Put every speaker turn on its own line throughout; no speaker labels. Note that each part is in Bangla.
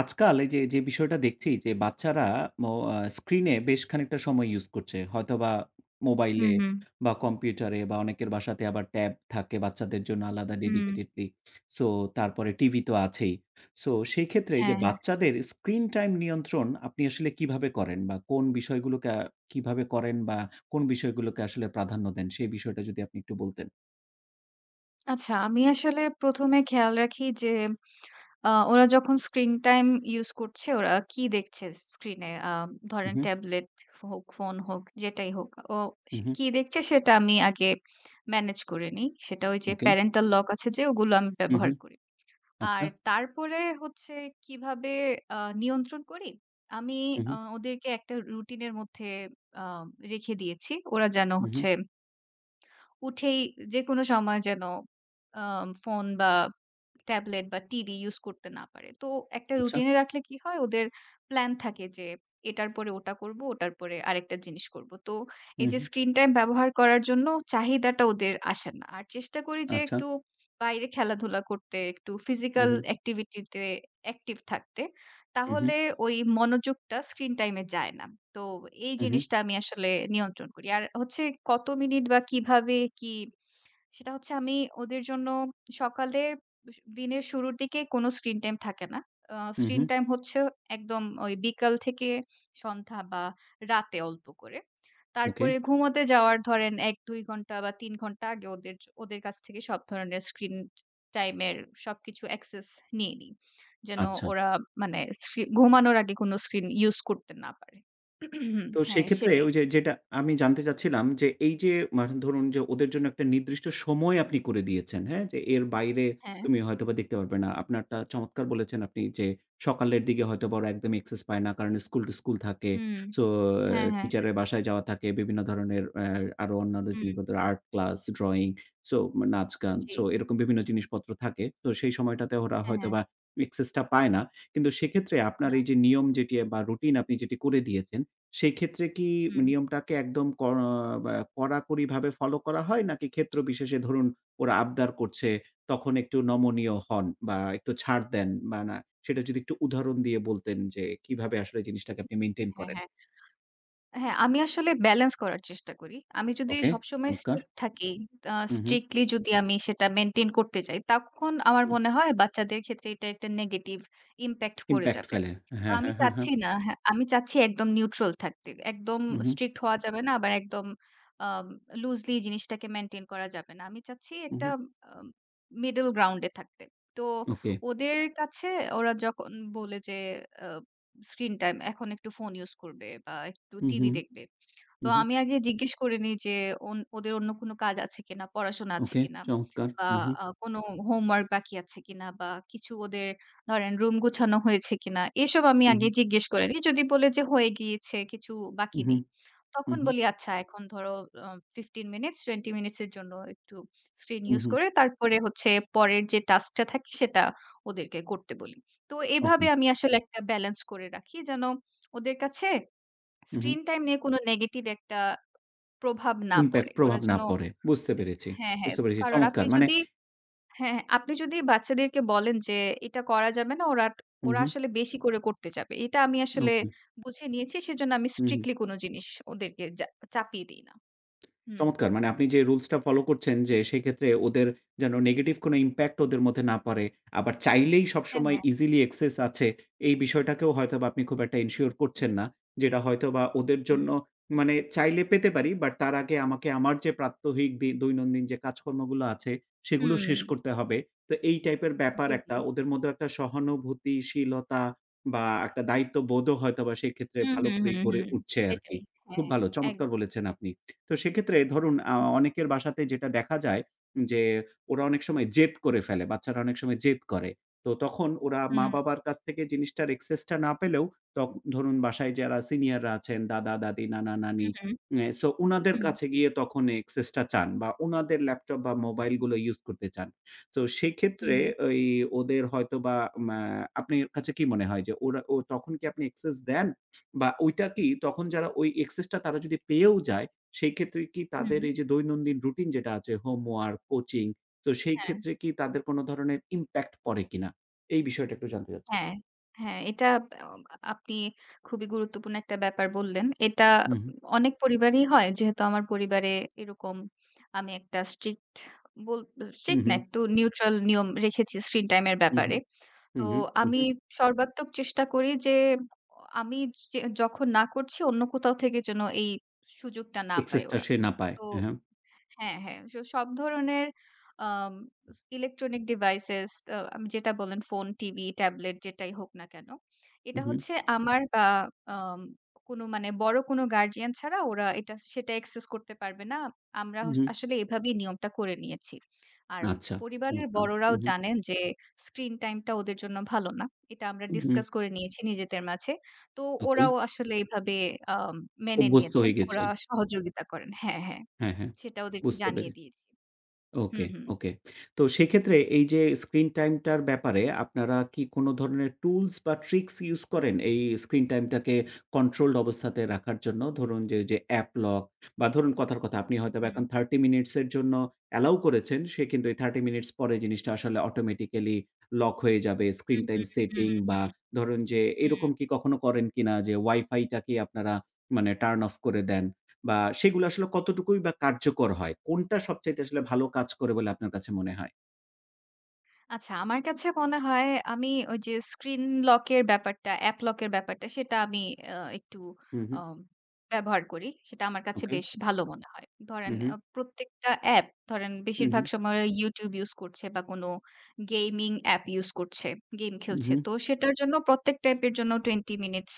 আজকাল এই যে বিষয়টা দেখছি যে বাচ্চারা মো আ স্ক্রিনে বেশ খানিকটা সময় ইউজ করছে। হয়তোবা মোবাইলে
হুম, হুম,
বা কম্পিউটারে, বা অনেকের বাসাতে আবার ট্যাব থাকে বাচ্চাদের জন্য আলাদা
হুম।
ডেডিকেটেডলি। সো তারপরে টিভি তো আছেই। সো সেই ক্ষেত্রে এই যে
হ্যাঁ, হ্যাঁ।
বাচ্চাদের স্ক্রিন টাইম নিয়ন্ত্রণ আপনি আসলে কিভাবে করেন? বা কোন বিষয়গুলোকে আ কিভাবে করেন, বা কোন বিষয়গুলোকে আসলে প্রাধান্য দেন? সেই বিষয়টা যদি আপনি একটু বলতেন।
আচ্ছা, আমি আসলে ১ম এ খেয়াল রাখি যে ওরা যখন স্ক্রিন টাইম ইউস করছে ওরা কি দেখছে স্ক্রিনে?
হু,
ধরেন
হু,
ট্যাবলেট হোক, ফোন হোক যেটাই হোক। ও
হু,
সে
হু।
কি দেখছে সেটা আমি আগে ম্যানেজ করে নিই। সেটা ওই যে
ওকে।
প্যারেন্টাল লক আছে, যে ওগুলো আমি
হু, হু।
ব্যবহার করি। আর
আচ্ছা।
তারপরে হচ্ছে কিভাবে নিয়ন্ত্রণ করি? আমি
হু, হু,
ওদেরকে একটা রুটিন এর মধ্যে আ রেখে দিয়েছি। ওরা যেন
হু, হু।
হচ্ছে উঠেই যেকোনো সময় যেন আ ফোন বা ট্যাবলেট বা TD ইউজ করতে না পারে। তো একটা
আচ্ছা।
রুটিন এ রাখলে কি হয়, ওদের প্ল্যান থাকে যে এটার পরে ওটা করব, ওটার পরে আরেকটা জিনিস করব। তো
হু,
এই যে
হু।
স্ক্রিন টাইম ব্যবহার করার জন্য চাহিদাটা ওদের আসে না। আর চেষ্টা করি যে
আচ্ছা।
একটু বাইরে খেলাধুলা করতে, একটু
হু,
ফিজিক্যাল
হু।
অ্যাক্টিভিটি তে অ্যাক্টিভ থাকতে।
হু, হু,
তাহলে ওই মনোযোগটা স্ক্রিন টাইম এ যায় না। তো এই
হু, হু,
জিনিসটা আমি আসলে নিয়ন্ত্রণ করি। আর হচ্ছে কত মিনিট বা কিভাবে কি, সেটা হচ্ছে আমি ওদের জন্য সকালে দিনের শুরুর দিকে কোন স্ক্রিন টাইম থাকে না।
হু, হু।
স্ক্রিন টাইম হচ্ছে একদম ওই বিকাল থেকে সন্ধ্যা বা রাতে অল্প করে।
ওকে,
তারপরে ঘুমোতে যাওয়ার ধরেন ১-২ ঘন্টা বা ৩ ঘন্টা আগে ওদের কাছ থেকে সব ধরনের স্ক্রিন টাইম এর সবকিছু অ্যাক্সেস নিয়ে নিই। যেন
আচ্ছা।
ওরা মানে ঘুমানোর আগে কোন স্ক্রিন ইউস করতে না পারে।
তো
হ্যাঁ,
সেক্ষেত্রে
সেটাই।
ওই যে যেটা আমি জানতে চাচ্ছিলাম যে, এই যে মানে ধরুন যে ওদের জন্য একটা নির্দিষ্ট সময় আপনি করে দিয়েছেন, হ্যাঁ? যে এর বাইরে
হ্যাঁ।
তুমি হয়তোবা দেখতে পারবে না। আপনারটা চমৎকার বলেছেন আপনি যে সকালের দিকে হয়তোবা ওরা একদম অ্যাক্সেস পায় না। কারণ স্কুল-টিস্কুল থাকে।
হুম।
সো
হ্যাঁ, হ্যাঁ।
টিচারের বাসায় যাওয়া থাকে। বিভিন্ন ধরনের আরো অন্যান্য
হুম।
জিনিসপত্র আর্ট ক্লাস, ড্রইং, সো নাচ-গান।
জি।
সো এরকম বিভিন্ন জিনিসপত্র থাকে। তো সেই সময়টাতে ওরা
হ্যাঁ, হ্যাঁ।
হয়তোবা অ্যাক্সেসটা পায় না। কিন্তু সেক্ষেত্রে আপনার
না।
এই যে নিয়ম যেটি বা রুটিন আপনি যেটি করে দিয়েছেন, সেই ক্ষেত্রে কি
হুম।
নিয়মটাকে একদম বা কড়াকড়িভাবে ফলো করা হয়? নাকি ক্ষেত্র বিশেষে ধরুন ওরা আবদার করছে, তখন একটু নমনীয় হন বা একটু ছাড় দেন বা না, সেটা যদি একটু উদাহরণ দিয়ে বলতেন যে কিভাবে আসলে জিনিসটাকে আপনি মেইনটেইন
হ্যাঁ,
করেন?
হ্যাঁ। হ্যাঁ, আমি আসলে ব্যালেন্স করার চেষ্টা করি। আমি যদি
ওকে,
সবসময়
চমৎকার।
স্ট্রিক্ট থাকি,
হু, হু।
স্ট্রিক্টলি যদি আমি সেটা মেইনটেইন করতে যাই, তখন আমার মনে হয় বাচ্চাদের ক্ষেত্রে এটা একটা নেগেটিভ ইমপ্যাক্ট পড়ে
ইমপ্যাক্ট
যাবে।
ফেলে। হ্যাঁ,
আমি
হ্যাঁ, হ্যাঁ, হ্যাঁ।
চাচ্ছি না। হ্যাঁ, আমি চাচ্ছি একদম নিউট্রাল থাকতে। একদম
হু, হু,
স্ট্রিক্ট হওয়া যাবে না, আবার একদম আম লুজলি জিনিসটাকে মেইনটেইন করা যাবে না। আমি চাচ্ছি
হু,
একটা
হু।
আম মিডল গ্রাউন্ড এ থাকতে। তো
ওকে।
ওদের কাছে ওরা যখন বলে যে আ স্ক্রিন টাইম, এখন একটু ফোন ইউজ করবে বা একটু
হু, হু,
টিভি দেখবে।
হু,
তো
হু।
আমি আগে জিজ্ঞেস করে নিই যে ওদের অন্য কোনো কাজ আছে কিনা, পড়াশোনা আছে
ওকে,
কিনা,
চমৎকার।
বা
হু, হু,
কোনো হোমওয়ার্ক বাকি আছে কিনা, বা কিছু ওদের ধরেন রুম গুছানো হয়েছে কিনা, এসব আমি
হু, হু,
আগে জিজ্ঞেস করে নিই। যদি বলে যে হয়ে গিয়েছে, কিছু বাকি
হু,
নেই। তখন
হু,
বলি, আচ্ছা এখন ধরো আ 15 মিনিটস 20 মিনিটস এর জন্য একটু স্ক্রিন
হু,
ইউজ
হু।
করে তারপরে হচ্ছে পরের যে টাস্কটা থাকে সেটা ওদেরকে করতে বলি। তো
ওকে।
এভাবে আমি আসলে একটা ব্যালেন্স করে রাখি যেন ওদের কাছে
হু, হু।
স্ক্রিন টাইম নিয়ে কোনো নেগেটিভ একটা প্রভাব না
ইমপ্যাক্ট
পড়ে। ওরা
প্রভাব না
যেন
পড়ে। বুঝতে পেরেছি,
হ্যাঁ, হ্যাঁ।
বুঝতে পেরেছি।
কারণ
চমৎকার।
আপনি
মানে
যদি হ্যাঁ, হ্যাঁ, আপনি যদি বাচ্চাদেরকে বলেন যে এটা করা যাবে না, ওরা
হু,
ওরা
হু।
আসলে বেশি করে করতে যাবে। এটা আমি আসলে
ওকে।
বুঝে নিয়েছি। সেজন্য আমি
হু, হু।
স্ট্রিক্টলি কোনো জিনিস ওদেরকে চাপিয়ে দিই না। হুম।
চমৎকার! মানে আপনি যে রুলস টা ফলো করছেন যে সেক্ষেত্রে ওদের যেন নেগেটিভ কোনো ইমপ্যাক্ট ওদের মধ্যে না পড়ে। আবার চাইলেই
হ্যাঁ,
সবসময়
হ্যাঁ।
ইজিলি অ্যাক্সেস আছে, এই বিষয়টাকেও হয়তোবা আপনি খুব একটা এনশিওর করছেন
জি,
না।
জি।
যেটা হয়তোবা ওদের জন্য
হুম,
মানে চাইলে পেতে পারি, বাট তার আগে আমাকে আমার যে প্রাত্যহিক দৈনন্দিন যে কাজকর্মগুলো আছে সেগুলো
হুম।
শেষ করতে হবে। তো এই টাইপের ব্যাপার
জি,
একটা
জি।
ওদের মধ্যে একটা সহানুভূতিশীলতা বা একটা দায়িত্ববোধও হয়তোবা সেক্ষেত্রে
হুম,
ভালো
হুম,
করেই
হুম,
গড়ে
হুম।
উঠছে আরকি।
সেটাই।
খুব
হ্যাঁ,
ভালো চমৎকার
একদম।
বলেছেন আপনি। তো সেক্ষেত্রে ধরুন অনেকের বাসাতে যেটা দেখা যায় যে, ওরা অনেক সময় জেদ করে ফেলে। বাচ্চারা অনেক সময় জেদ করে। তো তখন ওরা
হুম,
মা-বাবার কাছ থেকে জিনিসটার access টা না পেলেও, তখ ধরুন বাসায় যারা সিনিয়ররা আছেন দাদা-দাদি, নানা-নানি,
হুম, হুম,
সো উনাদের
হুম,
কাছে গিয়ে তখন access টা চান বা উনাদের ল্যাপটপ বা মোবাইলগুলো ইউজ করতে চান। তো সেক্ষেত্রে
হুম,
ওই ওদের হয়তোবা মা আপনার কাছে কি মনে হয় যে ওরা ও তখন কি আপনি access দেন? বা ওইটা কি তখন যারা ওই access টা তারা যদি পেয়েও যায়, সেই ক্ষেত্রে কি
হুম,
তাদের
হুম,
এই যে দৈনন্দিন রুটিন যেটা আছে হোমওয়ার্ক, কোচিং, তো সেই
হ্যাঁ।
ক্ষেত্রে কি তাদের কোন ধরনের ইমপ্যাক্ট পড়ে কিনা? এই বিষয়টা একটু জানতে চাচ্ছিলাম।
হ্যাঁ, হ্যাঁ, এটা আম আপনি খুবই গুরুত্বপূর্ণ একটা ব্যাপার বললেন। এটা
হু, হু,
অনেক পরিবারেই হয়। যেহেতু আমার পরিবারে এরকম আমি একটা বল
হু,
স্ট্রিক্ট
হু,
না, একটু নিউট্রাল নিয়ম রেখেছি স্ক্রিন টাইম এর
হু, হু,
ব্যাপারে।
হু,
তো
হু, হু,
আমি
হু।
সর্বাত্মক চেষ্টা করি যে আমি যে যখন না করছি, অন্য কোথাও থেকে যেন এই সুযোগটা না
অ্যাক্সেস
পায়
টা
ওরা।
সে না পায়।
তো
হ্যাঁ,
হ্যাঁ, হ্যাঁ। সো সব ধরনের আম ইলেকট্রনিক ডিভাইসেস, আমি যেটা বললেন ফোন, টিভি, ট্যাবলেট, যেটাই হোক না কেন।
হু,
এটা
হু,
হচ্ছে আমার বা আম কোনো মানে বড় কোনো গার্ডিয়ান ছাড়া ওরা এটা সেটা অ্যাক্সেস করতে পারবে না। আমরা
হু,
হস
হু।
আসলে এভাবেই নিয়মটা করে নিয়েছি। আর
আচ্ছা
পরিবারের
চমৎকার। হু,
বড়রাও
হু,
জানেন যে স্ক্রিন টাইমটা ওদের জন্য ভালো না। এটা আমরা
হু, হু।
ডিসকাস করে নিয়েছি নিজেদের মাঝে। তো
ওকে।
ওরাও আসলে এভাবে আম মেনে
অভ্যস্ত
নিয়েছেন।
হয়ে গেছে।
ওরা সহযোগিতা করেন। হ্যাঁ, হ্যাঁ।
হ্যাঁ, হ্যাঁ।
সেটা ওদেরকে
বুঝতে
জানিয়ে
পেরেছি।
দিয়েছি।
ওকে,
হুম, হুম।
ওকে। তো সেক্ষেত্রে এই যে স্ক্রিন টাইমটার ব্যাপারে আপনারা কি কোন ধরনের টুলস বা ট্রিকস ইউস করেন এই স্ক্রিন টাইমটাকে কন্ট্রোলড অবস্থাতে রাখার জন্য? ধরুন যে অ্যাপ লক, বা ধরুন কথার কথা আপনি হয়তোবা
হুম,
এখন 30 মিনিটস এর জন্য অ্যালাউ করেছেন, সে কিন্তু এই 30 মিনিটস পরে জিনিসটা আসলে অটোমেটিক্যালি লক হয়ে যাবে। স্ক্রিন
হুম,
টাইম
হুম, হুম,
সেটিং
হুম,
বা ধরুন যে
হুম।
এরকম কি কখনো করেন কিনা যে ওয়াইফাইটাকে আপনারা মানে টার্ন অফ করে দেন? বা সেগুলো আসলে কতটুকুই বা কার্যকর হয়? কোনটা সবচাইতে আসলে ভালো কাজ করে বলে আপনার কাছে মনে হয়?
আচ্ছা, আমার কাছে মনে হয় আমি ওই যে স্ক্রিন লক এর ব্যাপারটা, অ্যাপ লক এর ব্যাপারটা সেটা আমি একটু
হুম,
আ
হুম।
ব্যবহার করি। সেটা আমার কাছে
ওকে।
বেশ ভালো মনে হয়। ধরেন
হুম, হুম।
প্রত্যেকটা অ্যাপ ধরেন,
হুম,
বেশিরভাগ
হুম।
সময় YouTube ইউজ করছে বা কোনো গেমিং অ্যাপ ইউজ করছে, গেম
হুম,
খেলছে।
হুম।
তো সেটার জন্য প্রত্যেকটা অ্যাপের জন্য 20 মিনিটস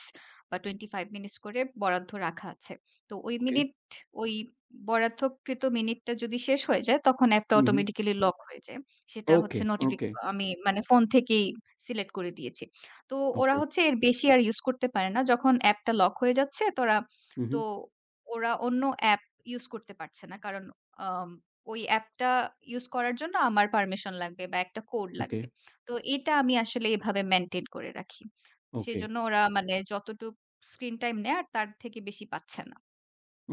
বা 25 মিনিটস করে বরাদ্দ রাখা আছে। তো
ওকে।
ওই বরাদ্দকৃত মিনিটটা যদি শেষ হয়ে যায় তখন অ্যাপটা
হুম, হুম।
অটোমেটিক্যালি লক হয়ে যায়। সেটা
ওকে,
হচ্ছে
ওকে,
আমি মানে ফোন থেকেই সিলেক্ট করে দিয়েছি। তো ওরা
ওকে।
হচ্ছে এর বেশি আর ইউজ করতে পারে না। যখন অ্যাপটা লক হয়ে যাচ্ছে
হুম,
তো
হুম।
ওরা অন্য অ্যাপ ইউজ করতে পারছে না। কারণ আম ওই অ্যাপটা ইউজ করার জন্য আমার পারমিশন লাগবে বা একটা কোড
ওকে,
লাগবে। তো এটা আমি আসলে এভাবে মেইনটেইন করে রাখি।
ওকে।
সেজন্য ওরা মানে যতটুক স্ক্রিন টাইম নেয়, আর তার থেকে বেশি পাচ্ছে না।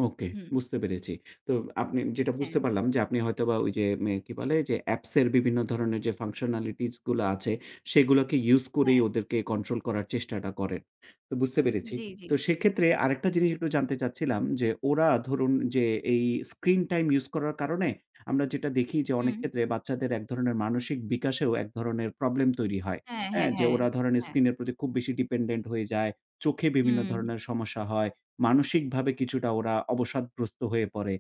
ওকে,
হুম,
বুঝতে পেরেছি। তো আপনি যেটা
হ্যাঁ,
বুঝতে পারলাম যে আপনি হয়তোবা ওই যে কি বলে যে অ্যাপস এর বিভিন্ন ধরনের যে ফাংশনালিটিস গুলা আছে সেগুলোকে ইউজ করেই
হ্যাঁ।
ওদেরকে কন্ট্রোল করার চেষ্টাটা করেন। তো বুঝতে পেরেছি।
জি, জি।
তো সেক্ষেত্রে আরেকটা জিনিস একটু জানতে চাচ্ছিলাম যে ওরা ধরুন যে এই স্ক্রিন টাইম ইউজ করার কারণে আমরা যেটা দেখি যে অনেক
হুম।
ক্ষেত্রে বাচ্চাদের এক ধরনের মানসিক বিকাশেও এক ধরনের প্রবলেম তৈরি হয়।
হ্যাঁ,
হ্যাঁ?
হ্যাঁ,
যে
হ্যাঁ।
ওরা ধরেন
হ্যাঁ।
স্ক্রিনের প্রতি খুব বেশি ডিপেন্ডেন্ট হয়ে যায়। চোখে বিভিন্ন
হুম,
ধরনের সমস্যা হয়। মানসিকভাবে কিছুটা ওরা অবসাদগ্রস্ত হয়ে পড়ে।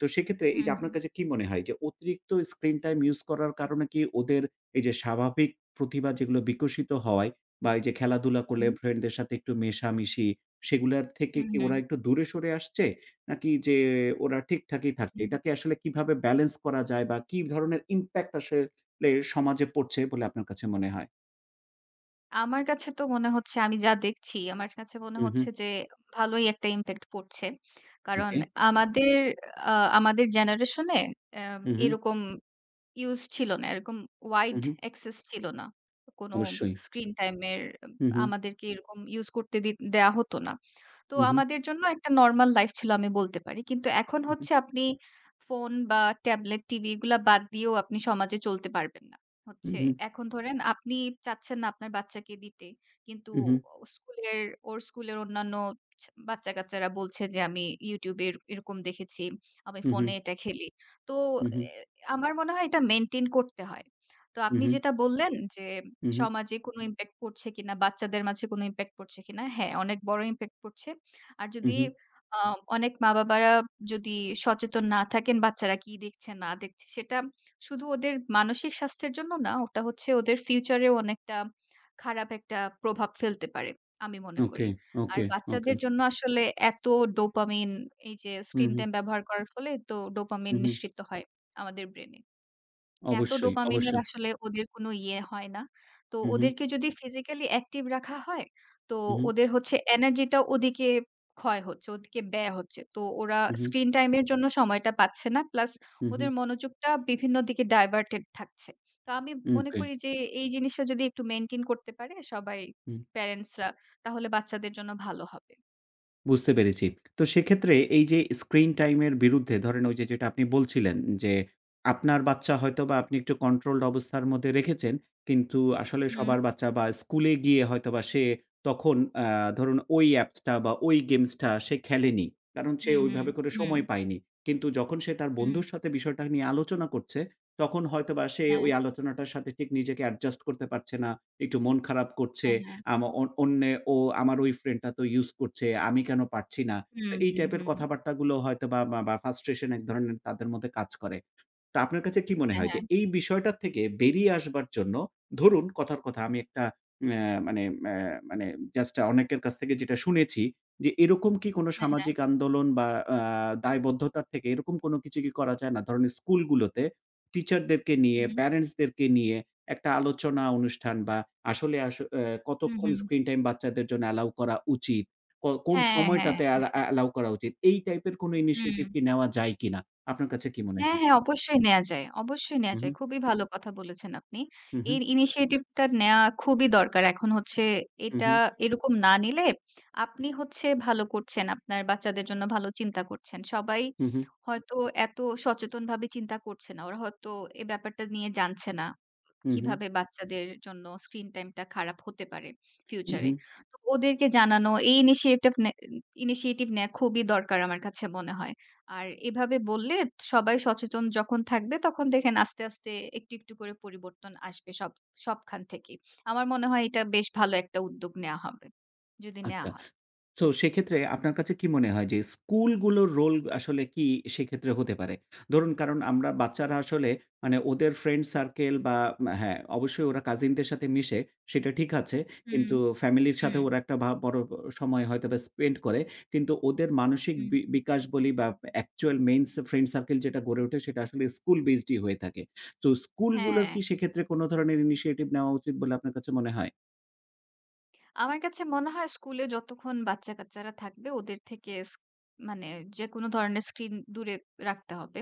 তো সেক্ষেত্রে এই
হুম,
যে
হুম,
আপনার কাছে কি মনে হয় যে অতিরিক্ত স্ক্রিন টাইম ইউস করার কারণে কি ওদের এই যে স্বাভাবিক প্রতিভা যেগুলো বিকশিত হওয়ায়, বা এই যে খেলাধুলা করলে
হুম।
ফ্রেন্ডদের সাথে একটু মেশামেশি, সেগুলার থেকে
হুম,
কি
হুম,
ওরা একটু দূরে সরে আসছে? নাকি যে ওরা ঠিকঠাকই থাকছে?
হুম।
এটাকে আসলে কিভাবে ব্যালেন্স করা যায় বা কি ধরনের ইমপ্যাক্ট আসলে সমাজে পড়ছে বলে আপনার কাছে মনে হয়?
আমার কাছে তো মনে হচ্ছে, আমি যা দেখছি, আমার কাছে মনে
হু, হু।
হচ্ছে যে ভালোই একটা ইমপ্যাক্ট পড়ছে। কারণ
ওকে।
আমাদের আ আমাদের জেনারেশন এ অ্যা
হু, হু,
এরকম ইউস ছিল না। এরকম
হু,
ওয়াইড
হু।
অ্যাক্সেস ছিল না। কোনো
অবশ্যই।
স্ক্রিন টাইম এর
হু, হু,
আমাদেরকে এরকম ইউস করতে দেয়া হতো না। তো
হু, হু,
আমাদের জন্য একটা নরমাল লাইফ ছিল আমি বলতে পারি। কিন্তু এখন
হু,
হচ্ছে আপনি ফোন বা ট্যাবলেট, টিভি এগুলা বাদ দিয়েও আপনি সমাজে চলতে পারবেন না।
হু,
হচ্ছে
হু।
এখন ধরেন আপনি চাচ্ছেন না আপনার বাচ্চাকে দিতে। কিন্তু
Mhm,
স্কুলের ওর স্কুলের অন্যান্য বাচ্চা-কাচ্চারা বলছে যে, "আমি YouTube এর এরকম দেখেছি। আমি ফোনে
mhm,
এটা খেলি।" তো
mhm,
আমার মনে হয় এটা মেইনটেইন করতে হয়। তো আপনি
mhm,
যেটা বললেন যে
mhm,
সমাজে কোনো ইমপ্যাক্ট পড়ছে কিনা, বাচ্চাদের মাঝে কোনো ইমপ্যাক্ট পড়ছে কিনা? হ্যাঁ, অনেক বড় ইমপ্যাক্ট পড়ছে। আর যদি
mhm,
আ অনেক মা-বাবারা যদি সচেতন না থাকেন বাচ্চারা কি দেখছে না দেখছে, সেটা শুধু ওদের মানসিক স্বাস্থ্যের জন্য না, ওটা হচ্ছে ওদের ফিউচারেও অনেকটা খারাপ একটা প্রভাব ফেলতে পারে, আমি মনে
ওকে,
করি। আর
ওকে, ওকে।
বাচ্চাদের জন্য আসলে এত ডোপামিন, এই যে
হুম,
স্ক্রিন
হুম,
টাইম ব্যবহার করার ফলে তো ডোপামিন
হুম, হুম।
নিঃসৃত হয় আমাদের ব্রেইনে। এত
অবশ্যই,
ডোপামিনের
অবশ্যই।
আসলে ওদের কোনো ইয়ে হয় না। তো
হুম, হুম,
ওদেরকে যদি ফিজিক্যালি অ্যাক্টিভ রাখা হয়, তো
হুম,
ওদের হচ্ছে এনার্জিটা ওদিকে ক্ষয় হচ্ছে, ওদিকে ব্যয় হচ্ছে। তো ওরা
হুম,
স্ক্রিন টাইম এর জন্য সময়টা পাচ্ছে না। প্লাস
হুম, হুম,
ওদের মনোযোগটা বিভিন্ন দিকে ডাইভার্টেড থাকছে। তো আমি মনে
ওকে।
করি যে এই জিনিসটা যদি একটু মেইনটেইন করতে পারে সবাই,
হুম।
প্যারেন্টসরা, তাহলে বাচ্চাদের জন্য ভালো হবে।
বুঝতে পেরেছি। তো সেক্ষেত্রে এই যে স্ক্রিন টাইম এর বিরুদ্ধে ধরেন ওই যে যেটা আপনি বলছিলেন যে, আপনার বাচ্চা হয়তোবা আপনি একটু কন্ট্রোলড অবস্থার মধ্যে রেখেছেন। কিন্তু আসলে
হুম,
সবার বাচ্চা বা স্কুলে গিয়ে হয়তোবা সে তখন আ ধরুন ওই অ্যাপসটা বা ওই গেমসটা সে খেলেনি। কারণ সে
হুম, হুম,
ওইভাবে করে
হুম,
সময় পায়নি। কিন্তু যখন সে তার
হুম,
বন্ধুর সাথে বিষয়টা নিয়ে আলোচনা করছে, তখন হয়তোবা সে
হ্যাঁ,
ওই আলোচনাটার সাথে ঠিক নিজেকে অ্যাডজাস্ট করতে পারছে না। একটু মন খারাপ করছে।
হ্যাঁ, হ্যাঁ,
আমা অন অন্যে ও আমার ওই ফ্রেন্ডটা তো ইউজ করছে, আমি কেন পারছি না? তো
হুম,
এই
হুম,
টাইপের
হুম, হুম,
কথাবার্তাগুলো হয়তোবা বা বা frustration এক ধরনের তাদের মধ্যে কাজ করে। তো আপনার কাছে কি মনে
হ্যাঁ,
হয় যে
হ্যাঁ,
এই বিষয়টা থেকে বেরিয়ে আসবার জন্য ধরুন কথার কথা আমি একটা অ্যা মানে, মানে, জাস্ট অনেকের কাছ থেকে যেটা শুনেছি যে এরকম কি কোন
হ্যাঁ, হ্যাঁ,
সামাজিক আন্দোলন বা আ দায়বদ্ধতার থেকে এরকম কোন কিছু কি করা যায় না? ধরেন স্কুলগুলোতে টিচারদেরকে নিয়ে,
হুম।
প্যারেন্টসদেরকে নিয়ে একটা আলোচনা অনুষ্ঠান বা আসলে
হুম,
কতক্ষণ
হুম।
স্ক্রিন টাইম বাচ্চাদের জন্য অ্যালাউ করা উচিত? কোন
হ্যাঁ, হ্যাঁ।
সময়টাতে অ্যালাউ করা উচিত? এই টাইপের কোনো
হুম।
ইনিশিয়েটিভ কি নেওয়া যায় কিনা? আপনার কাছে কি মনে
হ্যাঁ,
হয়?
হ্যাঁ, অবশ্যই নেয়া যায়। অবশ্যই
হু,
নেয়া
হু,
যায়। খুবই ভালো কথা বলেছেন আপনি।
হু,
এর initiative টা নেয়া খুবই দরকার। এখন হচ্ছে
হু, হু,
এটা এরকম না নিলে আপনি হচ্ছে ভালো করছেন। আপনার বাচ্চাদের জন্য ভালো চিন্তা করছেন। সবাই
হু, হু,
হয়তো এত সচেতনভাবে চিন্তা করছে না। ওরা হয়তো এ ব্যাপারটা নিয়ে জানছে না।
হু, হু,
কিভাবে বাচ্চাদের জন্য স্ক্রিন টাইমটা খারাপ হতে পারে
হু, হু,
ফিউচারে। তো ওদেরকে জানানো, এই initiative নেয়া খুবই দরকার আমার কাছে মনে হয়। আর এভাবে বললে সবাই সচেতন যখন থাকবে তখন দেখেন আস্তে, আস্তে একটু, একটু করে পরিবর্তন আসবে সবখান থেকেই। আমার মনে হয় এটা বেশ ভালো একটা উদ্যোগ নেয়া হবে, যদি নেয়া
আচ্ছা।
হয়।
তো সেক্ষেত্রে আপনার কাছে কি মনে হয় যে স্কুলগুলোর রোল আসলে কি সেক্ষেত্রে হতে পারে? ধরুন কারণ আমরা বাচ্চারা আসলে মানে ওদের ফ্রেন্ড সার্কেল বা মা হ্যাঁ, অবশ্যই ওরা কাজিনদের সাথে মিশে সেটা ঠিক আছে।
হুম,
কিন্তু ফ্যামিলির সাথে
হুম,
ওরা একটা বড় সময় হয়তোবা স্পেন্ড করে। কিন্তু ওদের মানসিক
হুম।
বিকাশ বলি বা অ্যাকচুয়াল মেইন ফ্রেন্ড সার্কেল যেটা গড়ে ওঠে সেটা আসলে স্কুল বেসডই হয়ে থাকে। তো স্কুলগুলোর
হ্যাঁ।
কি সেক্ষেত্রে কোনো ধরনের ইনিশিয়েটিভ নেওয়া উচিত বলে আপনার কাছে মনে হয়?
আমার কাছে মনে হয় স্কুলে যতক্ষণ বাচ্চা-কাচ্চারা থাকবে ওদের থেকে মানে যেকোনো ধরনের স্ক্রিন দূরে রাখতে হবে।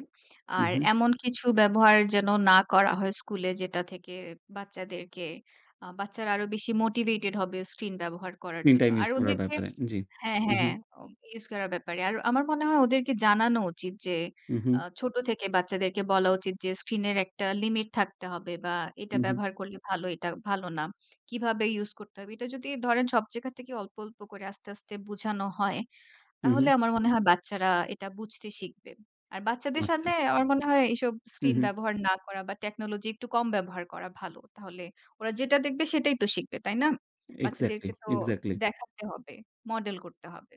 আর
উহু,
এমন কিছু ব্যবহার যেন না করা হয় স্কুলে যেটা থেকে বাচ্চাদেরকে আ বাচ্চারা আরো বেশি মোটিভেটেড হবে স্ক্রিন ব্যবহার করার
স্ক্রিন
জন্য।
টাইম
আর
ইউস করার
ওদেরকে
ব্যাপারে। জি।
হ্যাঁ,
উহু,
হ্যাঁ। ও ইউজ করার ব্যাপারে। আর আমার মনে হয় ওদেরকে জানানো উচিত যে
উহু।
ছোট থেকে বাচ্চাদেরকে বলা উচিত যে স্ক্রিনের একটা লিমিট থাকতে হবে, বা এটা
হু, হু,
ব্যবহার করলে ভালো, এটা ভালো না। কিভাবে ইউজ করতে হবে। এটা যদি ধরেন সব জায়গা থেকে অল্প, অল্প করে আস্তে, আস্তে বুঝানো হয়,
হু, হু।
তাহলে আমার মনে হয় বাচ্চারা এটা বুঝতে শিখবে। আর বাচ্চাদের
আচ্ছা।
সামনে আমার মনে হয় এইসব
হু,
স্ক্রিন
হু।
ব্যবহার না করা, বা টেকনোলজি একটু কম ব্যবহার করা ভালো। তাহলে ওরা যেটা দেখবে সেটাই তো শিখবে, তাই না?
এক্সাক্টলি,
বাচ্চাদেরকে তো
এক্সাক্টলি।
দেখাতে হবে, মডেল করতে হবে।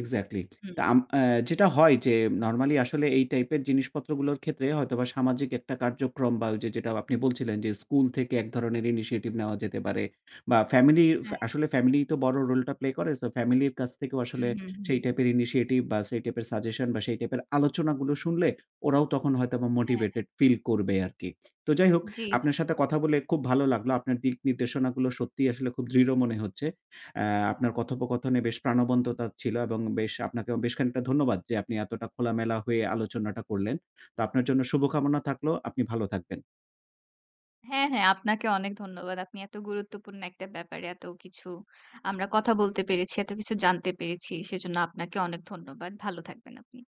এক্সাক্টলি।
হুম,
তা আম অ্যা যেটা হয় যে নরমালি আসলে এই টাইপের জিনিসপত্রগুলোর ক্ষেত্রে হয়তোবা সামাজিক একটা কার্যক্রম বা ওই যে যেটা আপনি বলছিলেন যে স্কুল থেকে এক ধরনের ইনিশিয়েটিভ নেওয়া যেতে পারে, বা ফ্যামিলি
হ্যাঁ,
আসলে ফ্যামিলি তো বড় রোলটা প্লে করে। সো ফ্যামিলির কাছ থেকেও আসলে
হুম, হুম,
সেই
হুম।
টাইপের ইনিশিয়েটিভ বা সেই টাইপের সাজেশন বা সেই টাইপের আলোচনাগুলো শুনলে ওরাও তখন হয়তোবা
হ্যাঁ,
মোটিভেটেড ফিল করবে আরকি। তো যাই হোক
জি, জি।
আপনার সাথে কথা বলে খুব ভালো লাগলো। আপনার দিক নির্দেশনাগুলো সত্যিই আসলে খুব দৃঢ় মনে হচ্ছে। আ আপনার কথোপকথনে বেশ প্রাণবন্ততা ছিল এবং বেশ আপনাকেও বেশ খানিকটা ধন্যবাদ যে আপনি এতটা খোলামেলা হয়ে আলোচনাটা করলেন। তো আপনার জন্য শুভকামনা থাকলো। আপনি ভালো থাকবেন।
হ্যাঁ, হ্যাঁ, আপনাকে অনেক ধন্যবাদ। আপনি এত গুরুত্বপূর্ণ একটা ব্যাপারে এত কিছু আমরা কথা বলতে পেরেছি, এত কিছু জানতে পেরেছি। সেজন্য আপনাকে অনেক ধন্যবাদ। ভালো থাকবেন আপনি।